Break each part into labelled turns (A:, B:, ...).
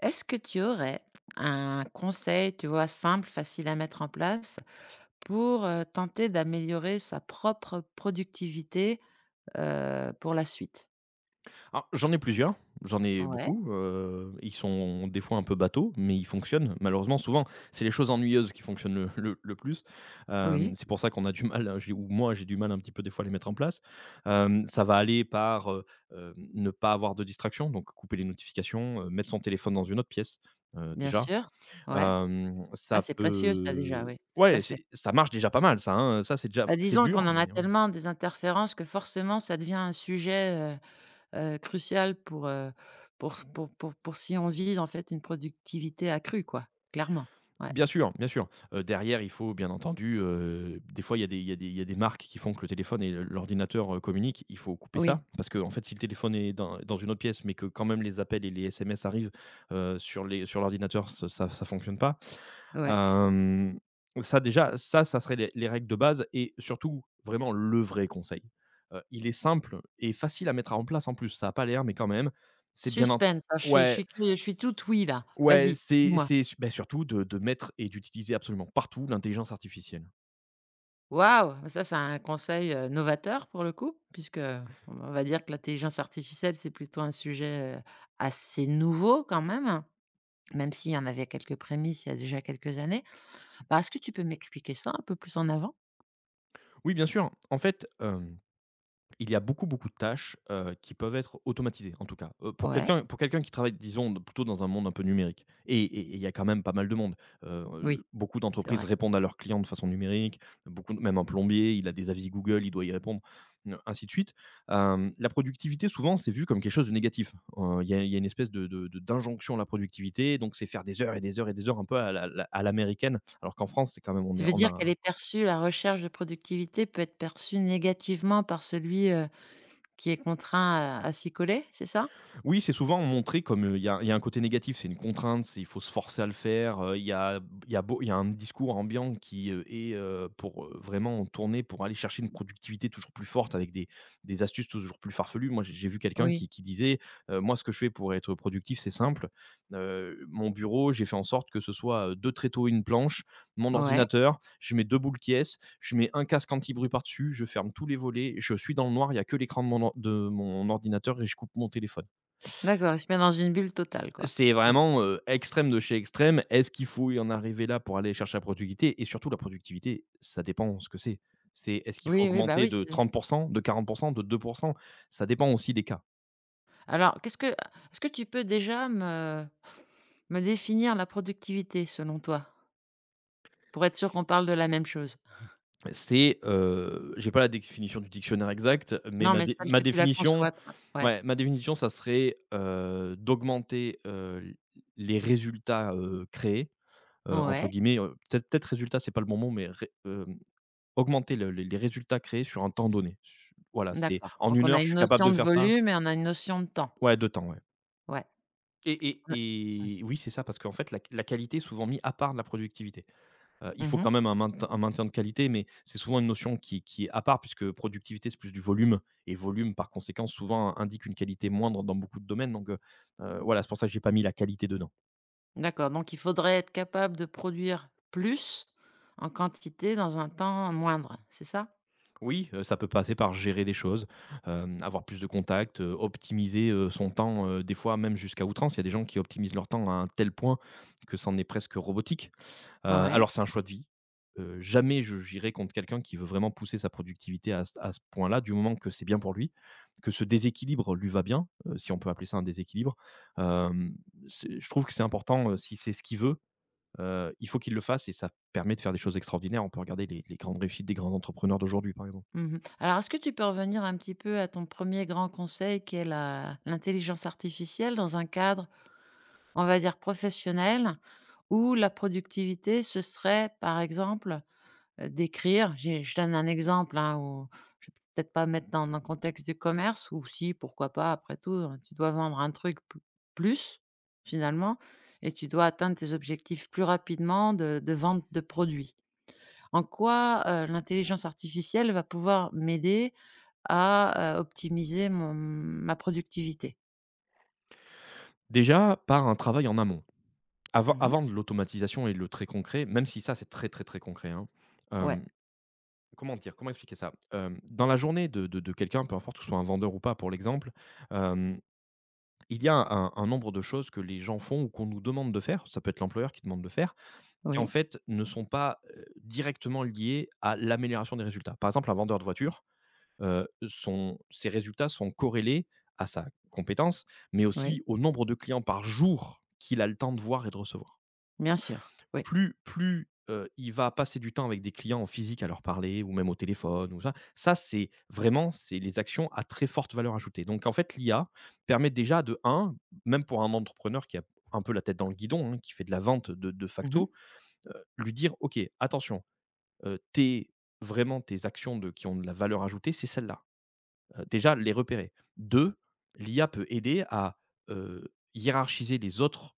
A: Est-ce que tu aurais un conseil, tu vois, simple, facile à mettre en place pour, tenter d'améliorer sa propre productivité, pour la suite?
B: Alors, j'en ai plusieurs, j'en ai
A: Ouais,
B: beaucoup, ils sont des fois un peu bateaux, mais ils fonctionnent. Malheureusement, souvent, c'est les choses ennuyeuses qui fonctionnent le plus.
A: oui,
B: C'est pour ça qu'on a du mal, j'ai ou moi, j'ai du mal un petit peu des fois à les mettre en place. Ça va aller par, ne pas avoir de distraction, donc couper les notifications, mettre son téléphone dans une autre pièce,
A: bien
B: déjà.
A: sûr, ouais.
B: Hem,
A: Ah,
B: ça
A: c'est précieux ça déjà,
B: peut
A: oui, tout à
B: ouais,
A: fait.
B: c'est ça marche déjà pas mal ça, hein, ça c'est déjà,
A: Bah,
B: c'est
A: disons qu'on
B: dur,
A: en a
B: mais.
A: tellement des interférences que forcément ça devient un sujet, crucial pour si on vise en fait une productivité accrue quoi, clairement. Ouais,
B: Bien sûr, bien sûr. Derrière, il faut bien entendu, des fois, il y a des marques qui font que le téléphone et l'ordinateur, communiquent. Il faut couper
A: oui,
B: ça parce que en fait, si le téléphone est dans une autre pièce, mais que quand même les appels et les SMS arrivent, sur l'ordinateur, ça fonctionne pas.
A: ouais.
B: Hem, ça déjà, ça serait les règles de base et surtout, vraiment le vrai conseil. Il est simple et facile à mettre en place en plus. Ça a pas l'air, mais quand même, c'est bien en
A: Suspense, hein, je suis je
B: Ouais.
A: suis curieux, je suis toute oui là.
B: Ouais,
A: Vas-y, dis-moi.
B: c'est su bah, surtout de mettre et d'utiliser absolument partout l'intelligence artificielle.
A: Waouh! Ça, c'est un conseil, novateur pour le coup, puisque on va dire que l'intelligence artificielle, c'est plutôt un sujet, assez nouveau quand même, même s'il y en avait quelques prémices il y a déjà quelques années. Bah, est-ce que tu peux m'expliquer ça un peu plus en avant?
B: Oui, bien sûr. En fait, il y a beaucoup, beaucoup de tâches, qui peuvent être automatisées, en tout cas. Heu, pour
A: Ouais,
B: quelqu'un pour quelqu'un qui travaille, disons, d plutôt dans un monde un peu numérique et il y a quand même pas mal de monde.
A: oui,
B: Beaucoup
A: c'est
B: d'entreprises
A: vrai.
B: répondent à leurs clients de façon numérique, beaucoup de même un plombier, il a des avis Google, il doit y répondre, ainsi de suite. La productivité, souvent, c'est vu comme quelque chose de négatif. Il y a une espèce de d'injonction à la productivité, donc c'est faire des heures et des heures et des heures un peu à la la à l'américaine, alors qu'en France, c'est quand même
A: Tu veux
B: on
A: dire qu'elle
B: a.
A: est perçue la recherche de productivité peut être perçue négativement par celui, qui est contraint à s'y coller, c'est ça?
B: Oui, c'est souvent montré comme, il y a un côté négatif, c'est une contrainte, c'est il faut se forcer à le faire, il y a un discours ambiant qui, est, pour, vraiment tourner pour aller chercher une productivité toujours plus forte avec des astuces toujours plus farfelues. Moi, j'ai vu quelqu'un
A: Oui,
B: qui disait, «Moi, ce que je fais pour être productif, c'est simple, mon bureau, j'ai fait en sorte que ce soit, 2 tréteaux et une planche, mon
A: ouais.
B: ordinateur, je mets 2 boules je mets un casque anti-bruit par-dessus, je ferme tous les volets, je suis dans le noir, il y a que l'écran de mon or de mon ordinateur et je coupe mon téléphone».
A: D'accord, il se met dans une bulle totale, quoi?
B: C'est
A: Mmh.
B: vraiment, extrême de chez extrême. Est-ce qu'il faut y en arriver là pour aller chercher la productivité? Et surtout la productivité, ça dépend ce que c'est. Est-ce qu'il faut
A: Oui, oui, bah,
B: augmenter
A: oui,
B: de
A: c'est
B: 30, de 40, de 2? Ça dépend aussi des cas.
A: alors qu'est-ce que tu peux déjà me définir la productivité selon toi? Pour être sûr
B: C
A: qu'on parle de la même chose.
B: c'est, j'ai pas la définition du dictionnaire exact, mais
A: Non, mais telle
B: ma
A: que tu la conçois,
B: définition,
A: toi? Ouais.
B: ouais, ma définition, ça serait, d'augmenter, les résultats, créés, entre
A: Ouais,
B: guillemets, peut-être «résultats», c'est pas le bon mot, mais. Augmenter le les résultats créés sur un temps donné. Su voilà, c'est
A: d'accord.
B: en
A: Donc
B: une
A: on a
B: heure, je
A: une
B: suis capable
A: notion
B: de
A: de
B: faire ça.
A: volume et on a une notion de temps.
B: Ouais, 2 temps, ouais.
A: Ouais.
B: Et
A: On a ouais.
B: et et oui, c'est ça, parce qu'en fait, la qualité est souvent mise à part de la productivité. Il faut
A: Mmh.
B: quand même un maintien de qualité, mais c'est souvent une notion qui est à part, puisque productivité, c'est plus du volume et volume, par conséquent, souvent indique une qualité moindre dans beaucoup de domaines, donc voilà, c'est pour ça que j'ai pas mis la qualité dedans.
A: D'accord, donc il faudrait être capable de produire plus en quantité dans un temps moindre, c'est ça?
B: Oui, ça peut passer par gérer des choses, avoir plus de contacts, optimiser, son temps, des fois même jusqu'à outrance. Il y a des gens qui optimisent leur temps à un tel point que c'en est presque robotique. Heu,
A: Ouais.
B: alors c'est un choix de vie, jamais je j'irai contre quelqu'un qui veut vraiment pousser sa productivité à ce point-là, du moment que c'est bien pour lui, que ce déséquilibre lui va bien, si on peut appeler ça un déséquilibre. Hem, c'est je trouve que c'est important, si c'est ce qu'il veut, il faut qu'il le fasse et ça permet de faire des choses extraordinaires. On peut regarder les grandes réussites des grands entrepreneurs d'aujourd'hui, par exemple.
A: Mmh. Alors, est-ce que tu peux revenir un petit peu à ton premier grand conseil qui est la l'intelligence artificielle dans un cadre, on va dire, professionnel où la productivité, ce serait, par exemple, d'écrire j'ai je donne un exemple, hein, où je vais peut-être pas mettre dans le contexte du commerce ou si, pourquoi pas, après tout, tu dois vendre un truc p plus, finalement et tu dois atteindre tes objectifs plus rapidement de vente de produits. En quoi, l'intelligence artificielle va pouvoir m'aider à optimiser mon ma productivité.
B: Déjà, par un travail en amont. Avant
A: Mmh.
B: avant de l'automatisation et le très concret, même si ça, c'est très, très, très concret, hein.
A: Ouais.
B: Hem, comment dire? Comment expliquer ça? Dans la journée de quelqu'un, peu importe que ce soit un vendeur ou pas pour l'exemple, hem, il y a un nombre de choses que les gens font ou qu'on nous demande de faire, ça peut être l'employeur qui demande de faire, qui en
A: Oui,
B: fait ne sont pas, directement liées à l'amélioration des résultats. Par exemple, un vendeur de voiture, son ses résultats sont corrélés à sa compétence, mais
A: oui,
B: aussi au nombre de clients par jour qu'il a le temps de voir et de recevoir.
A: bien sûr, oui.
B: Il va passer du temps avec des clients en physique à leur parler ou même au téléphone ou ça, c'est les actions à très forte valeur ajoutée. Donc en fait, l'IA permet déjà de un, même pour un entrepreneur qui a un peu la tête dans le guidon, hein, qui fait de la vente de
A: Mmh.
B: facto, lui dire: «OK, attention, tes vraiment tes actions de qui ont de la valeur ajoutée, c'est celles-là», déjà les repérer. 2, l'IA peut aider à, hiérarchiser les autres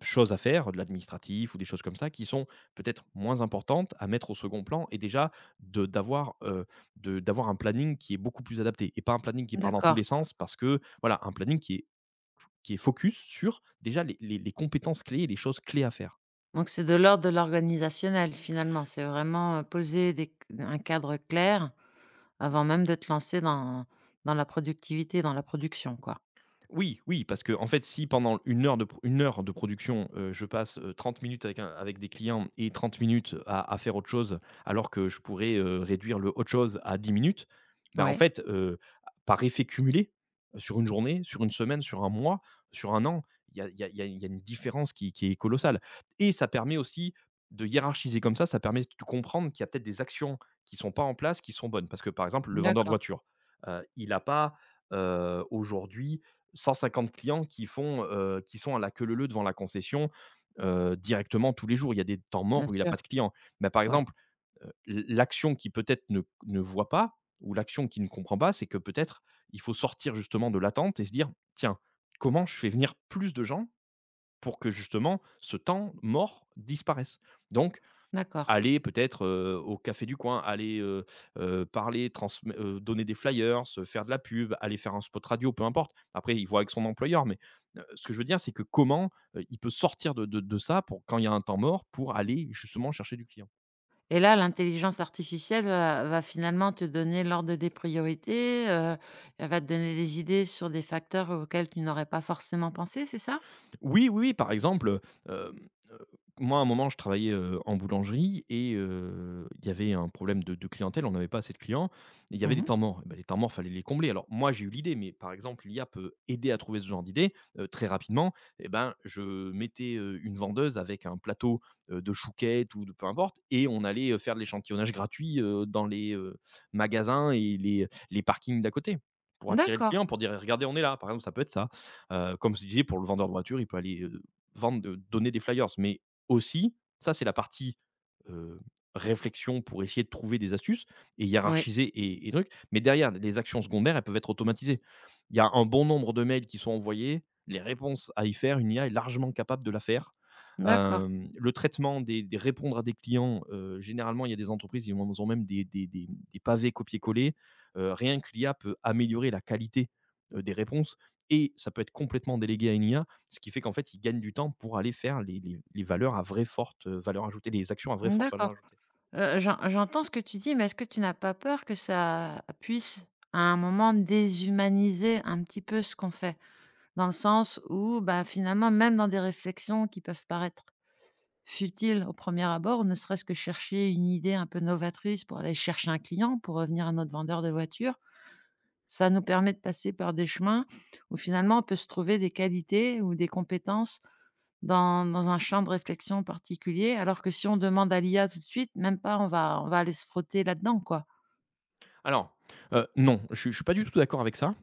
B: choses à faire, de l'administratif ou des choses comme ça, qui sont peut-être moins importantes à mettre au second plan et déjà de d'avoir, heu, de d'avoir un planning qui est beaucoup plus adapté et pas un planning qui part dans tous
A: D'accord,
B: les sens parce que voilà, un planning qui est focus sur déjà les compétences clés et les choses clés à faire.
A: donc c'est de l'ordre de l'organisationnel finalement. C'est vraiment, poser des un cadre clair avant même de te lancer dans la productivité, dans la production, quoi.
B: Oui, oui, parce que en fait, si pendant une heure de pro 1 heure de production, je passe, 30 minutes avec des clients et 30 minutes à faire autre chose, alors que je pourrais, réduire le autre chose à 10 minutes, ben en
A: Ouais.
B: fait, par effet cumulé, sur une journée, sur une semaine, sur un mois, sur un an, il y a une différence qui est colossale et ça permet aussi de hiérarchiser comme ça permet de comprendre qu'il y a peut-être des actions qui sont pas en place, qui sont bonnes. Parce que, par exemple, le vendeur de
A: D'accord.
B: voiture, il a pas, aujourd'hui, 150 clients qui sont à la queue leu leu devant la concession, directement tous les jours. Il y a des temps
A: Bien
B: morts où il n'a
A: sûr,
B: pas de clients. Mais par
A: ouais.
B: exemple, l'action qui peut-être ne voit pas ou l'action qui ne comprend pas, c'est que peut-être il faut sortir justement de l'attente et se dire: «Tiens, comment je fais venir plus de gens pour que justement ce temps mort disparaisse?» donc
A: D'accord
B: Aller peut-être, au café du coin, aller, parler, transme donner des flyers, faire de la pub, aller faire un spot radio, peu importe. Après, il voit avec son employeur, mais ce que je veux dire, c'est que comment, il peut sortir de ça pour quand il y a un temps mort, pour aller justement chercher du client?
A: et là, l'intelligence artificielle va finalement te donner l'ordre des priorités, elle va te donner des idées sur des facteurs auxquels tu n'aurais pas forcément pensé, c'est ça?
B: Oui, oui, oui, par exemple, heu, heu, moi, à un moment, je travaillais, en boulangerie et il y avait un problème de clientèle, on n'avait pas assez de clients et il y avait
A: Mmh
B: des
A: mh.
B: temps morts et bah, les temps morts, fallait les combler. Alors moi, j'ai eu l'idée, mais par exemple, l'IA peut aider à trouver ce genre d'idée, très rapidement et ben, je mettais, une vendeuse avec un plateau, de chouquettes ou de peu importe et on allait, faire de l'échantillonnage gratuit, dans les, magasins et les parkings d'à côté pour attirer le
A: D'accord.
B: client, pour dire: «Regardez, on est là». Par exemple, ça peut être ça. Comme je disais, pour le vendeur de voiture, il peut aller, vendre, donner des flyers, mais aussi, ça c'est la partie, heu, réflexion pour essayer de trouver des astuces et
A: Oui.
B: hiérarchiser et trucs, mais derrière, les actions secondaires, elles peuvent être automatisées. Il y a un bon nombre de mails qui sont envoyés, les réponses à y faire, une IA est largement capable de la faire.
A: D'accord.
B: Le traitement des répondre à des clients, généralement, il y a des entreprises, ils ont même des pavés copier-coller. Rien que l'IA peut améliorer la qualité, des réponses et ça peut être complètement délégué à une IA, ce qui fait qu'en fait, ils gagnent du temps pour aller faire les valeurs à vraie forte, valeur ajoutée, les actions à vraie forte
A: D'accord.
B: valeur ajoutée.
A: J'entends ce que tu dis, mais est-ce que tu n'as pas peur que ça puisse, à un moment, déshumaniser un petit peu ce qu'on fait? Dans le sens où, bah, finalement, même dans des réflexions qui peuvent paraître futiles au premier abord, ne serait-ce que chercher une idée un peu novatrice pour aller chercher un client, pour revenir à notre vendeur de voiture, ça nous permet de passer par des chemins où, finalement, on peut se trouver des qualités ou des compétences dans un champ de réflexion particulier, alors que si on demande à l'IA tout de suite, même pas, on va aller se frotter là-dedans, quoi.
B: Alors, non, je suis pas du tout d'accord avec ça.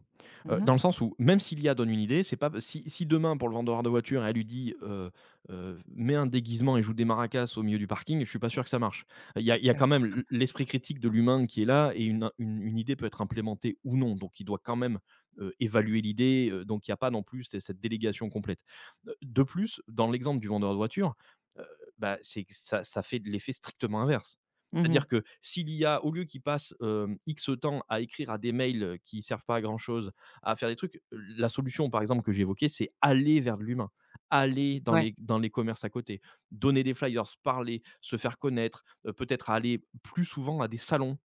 A: Mmh
B: Dans
A: mh.
B: le sens où même si l'IA donne une idée, c'est pas si si demain pour le vendeur de voiture, elle lui dit, «Mets un déguisement et joue des maracas au milieu du parking», je suis pas sûr que ça marche. Il y a quand même l'esprit critique de l'humain qui est là et une idée peut être implémentée ou non, donc il doit quand même, évaluer l'idée, donc il y a pas non plus c'est cette délégation complète. De plus, dans l'exemple du vendeur de voiture, heu, bah, c'est que ça fait de l'effet strictement inverse.
A: Mmh mh.
B: C'est-à-dire que si l'IA, au lieu qu'il passe, X temps à écrire à des mails, qui servent pas à grand chose à faire des trucs. La solution, par exemple, que j'ai évoquée, c'est aller vers de l'humain, aller
A: Ouais.
B: dans les commerces à côté, donner des flyers, parler, se faire connaître, peut-être aller plus souvent à des salons,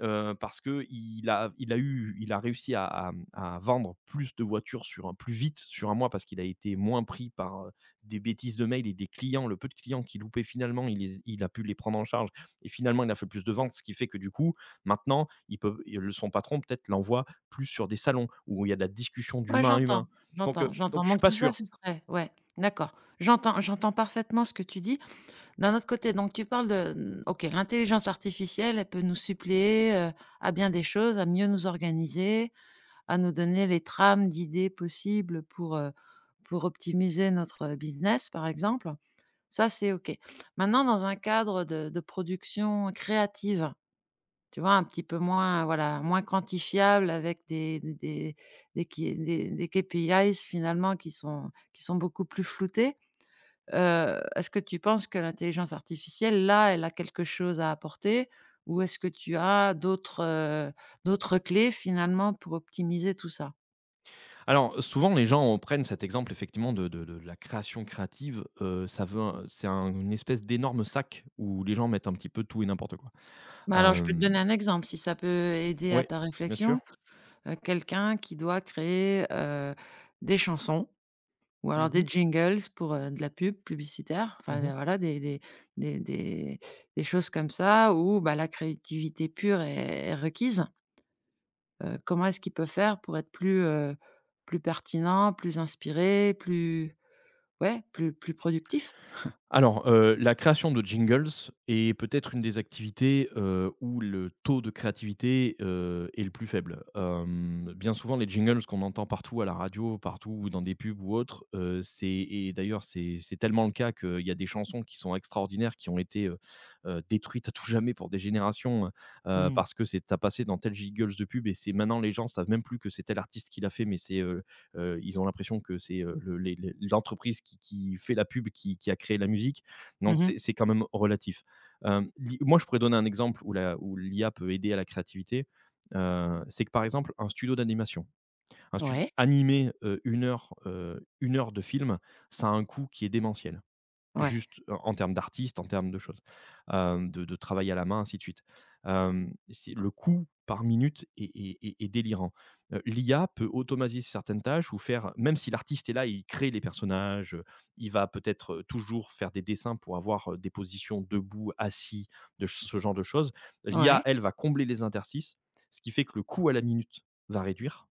B: Parce que il a réussi à, à vendre plus de voitures sur un plus vite sur un mois parce qu'il a été moins pris par, des bêtises de mails et des clients. Le peu de clients qu'il loupait finalement, il a pu les prendre en charge et finalement il a fait plus de ventes. Ce qui fait que du coup, maintenant, il son patron peut-être l'envoie plus sur des salons où il y a de la discussion
A: Ouais,
B: d'humain à
A: j'entends,
B: humain.
A: j'entends,
B: Donc
A: j'entends.
B: je suis
A: Donc
B: pas
A: tout ça,
B: sûr.
A: ce serait ouais, d'accord. J'entends parfaitement ce que tu dis. D'un autre côté, donc tu parles de OK, l'intelligence artificielle, elle peut nous suppléer, à bien des choses, à mieux nous organiser, à nous donner les trames d'idées possibles pour optimiser notre business, par exemple. Ça, c'est OK. Maintenant, dans un cadre de production créative, tu vois? Un petit peu moins, voilà, moins quantifiable avec des K des KPIs finalement qui sont beaucoup plus floutés. Est-ce que tu penses que l'intelligence artificielle, là, elle a quelque chose à apporter? Ou est-ce que tu as d'autres clés finalement pour optimiser tout ça?
B: Alors, souvent, les gens prennent cet exemple effectivement de la création créative, ça veut un c'est un une espèce d'énorme sac où les gens mettent un petit peu tout et n'importe quoi.
A: Bah, alors, je peux te
B: Hem,
A: donner un exemple, si ça peut aider à
B: ouais,
A: ta
B: bien sûr.
A: réflexion. Quelqu'un qui doit créer des chansons ou alors
B: Mmh
A: des
B: mh.
A: jingles pour de la pub publicitaire, enfin,
B: Mmh.
A: voilà, des des des choses comme ça où, bah, la créativité pure est requise. Comment est-ce qu'il peut faire pour être plus, plus pertinent, plus inspiré, plus ouais, plus productif?
B: Alors, la création de jingles est peut-être une des activités, où le taux de créativité, est le plus faible. Bien souvent, les jingles qu'on entend partout à la radio, partout ou dans des pubs ou autres, c'est et d'ailleurs, c'est tellement le cas qu'il y a des chansons qui sont extraordinaires, qui ont été, détruites à tout jamais pour des générations,
A: Mmh.
B: parce que c'est à passait dans tel jingles de pub et c'est maintenant les gens savent même plus que c'est tel artiste qui l'a fait, mais c'est, ils ont l'impression que c'est, le les l'entreprise qui fait la pub qui a créé la musique, donc
A: Mmh.
B: c'est quand même relatif. Hem, l'i Moi, je pourrais donner un exemple où la où l'IA peut aider à la créativité. C'est que, par exemple, un studio d'animation, un studio,
A: Ouais.
B: animer, 1 heure, 1 heure de film, ça a un coût qui est démentiel.
A: Ouais.
B: Juste en termes d'artistes, en termes de choses, de travail à la main, ainsi de suite. C'est le coût par minute est délirant. L'IA peut automatiser certaines tâches ou faire même si l'artiste est là, il crée les personnages, il va peut-être, toujours faire des dessins pour avoir, des positions debout, assis, de ch ce genre de choses. L'IA,
A: Ouais.
B: elle, va combler les interstices, ce qui fait que le coût à la minute va réduire,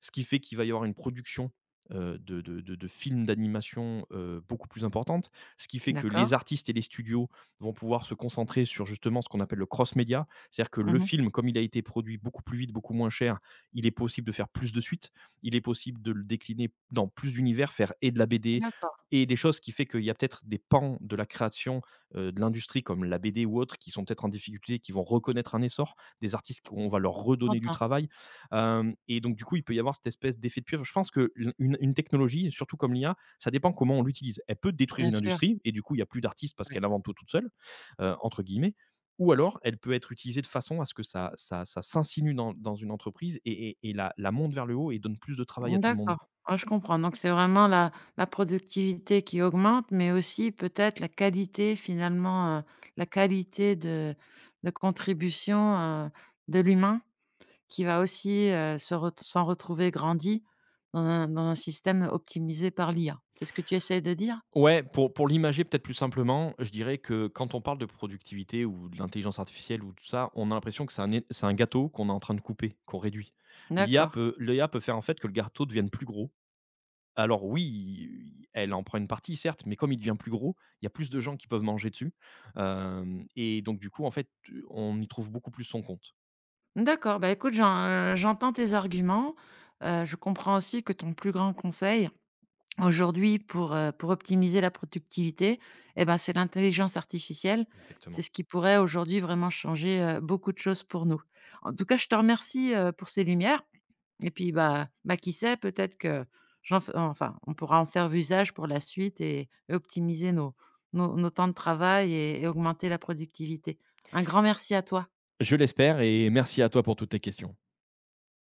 B: ce qui fait qu'il va y avoir une production, de films d'animation, beaucoup plus importante. Ce qui fait que
A: D'accord.
B: les artistes et les studios vont pouvoir se concentrer sur justement ce qu'on appelle le cross média. C'est-à-dire que le
A: Mmh.
B: film, comme il a été produit beaucoup plus vite, beaucoup moins cher, il est possible de faire plus de suites. Il est possible de le décliner dans plus d'univers, faire et de la BD
A: D'accord,
B: et des choses. Ce qui fait qu'il y a peut-être des pans de la création, de l'industrie comme la BD ou autres qui sont peut-être en difficulté, qui vont reconnaître un essor, des artistes qu'on va leur redonner du
A: j'entends,
B: travail. Hem et donc du coup, il peut y avoir cette espèce d'effet de pieuvre. Je pense que l une technologie, surtout comme l'IA, ça dépend comment on l'utilise. Elle peut détruire
A: bien
B: une
A: sûr.
B: industrie et du coup, il n'y a plus d'artistes parce
A: Ouais.
B: qu'elle invente toute seule, entre guillemets. Ou alors, elle peut être utilisée de façon à ce que ça s'insinue dans une entreprise et et la monte vers le haut et donne plus de travail à
A: Mmh,
B: tout le monde.
A: d'accord. Ah, je comprends. Donc c'est vraiment la productivité qui augmente, mais aussi peut-être la qualité finalement, la qualité de contribution, heu, de l'humain qui va aussi, se ret s'en retrouver grandi dans un système optimisé par l'IA. C'est ce que tu essayes de dire?
B: Ouais, pour l'imager peut-être plus simplement, je dirais que quand on parle de productivité ou de l'intelligence artificielle ou tout ça, on a l'impression que c'est un gâteau qu'on est en train de couper, qu'on réduit. L'IA
A: D'accord.
B: peut l'IA peut faire en fait que le gâteau devienne plus gros. Alors oui, elle en prend une partie certes, mais comme il devient plus gros, il y a plus de gens qui peuvent manger dessus, hem et donc du coup, en fait, on y trouve beaucoup plus son compte.
A: D'accord, bah, écoute, j'entends tes arguments, je comprends aussi que ton plus grand conseil aujourd'hui, pour optimiser la productivité, eh ben, c'est l'intelligence artificielle. C'est
B: Exactement.
A: ce qui pourrait aujourd'hui vraiment changer, beaucoup de choses pour nous. En tout cas, je te remercie pour ces lumières et puis, bah, qui sait, peut-être que j'en f enfin, on pourra en faire usage pour la suite et optimiser nos temps de travail et augmenter la productivité. Un grand merci à toi.
B: Je l'espère et merci à toi pour toutes tes questions.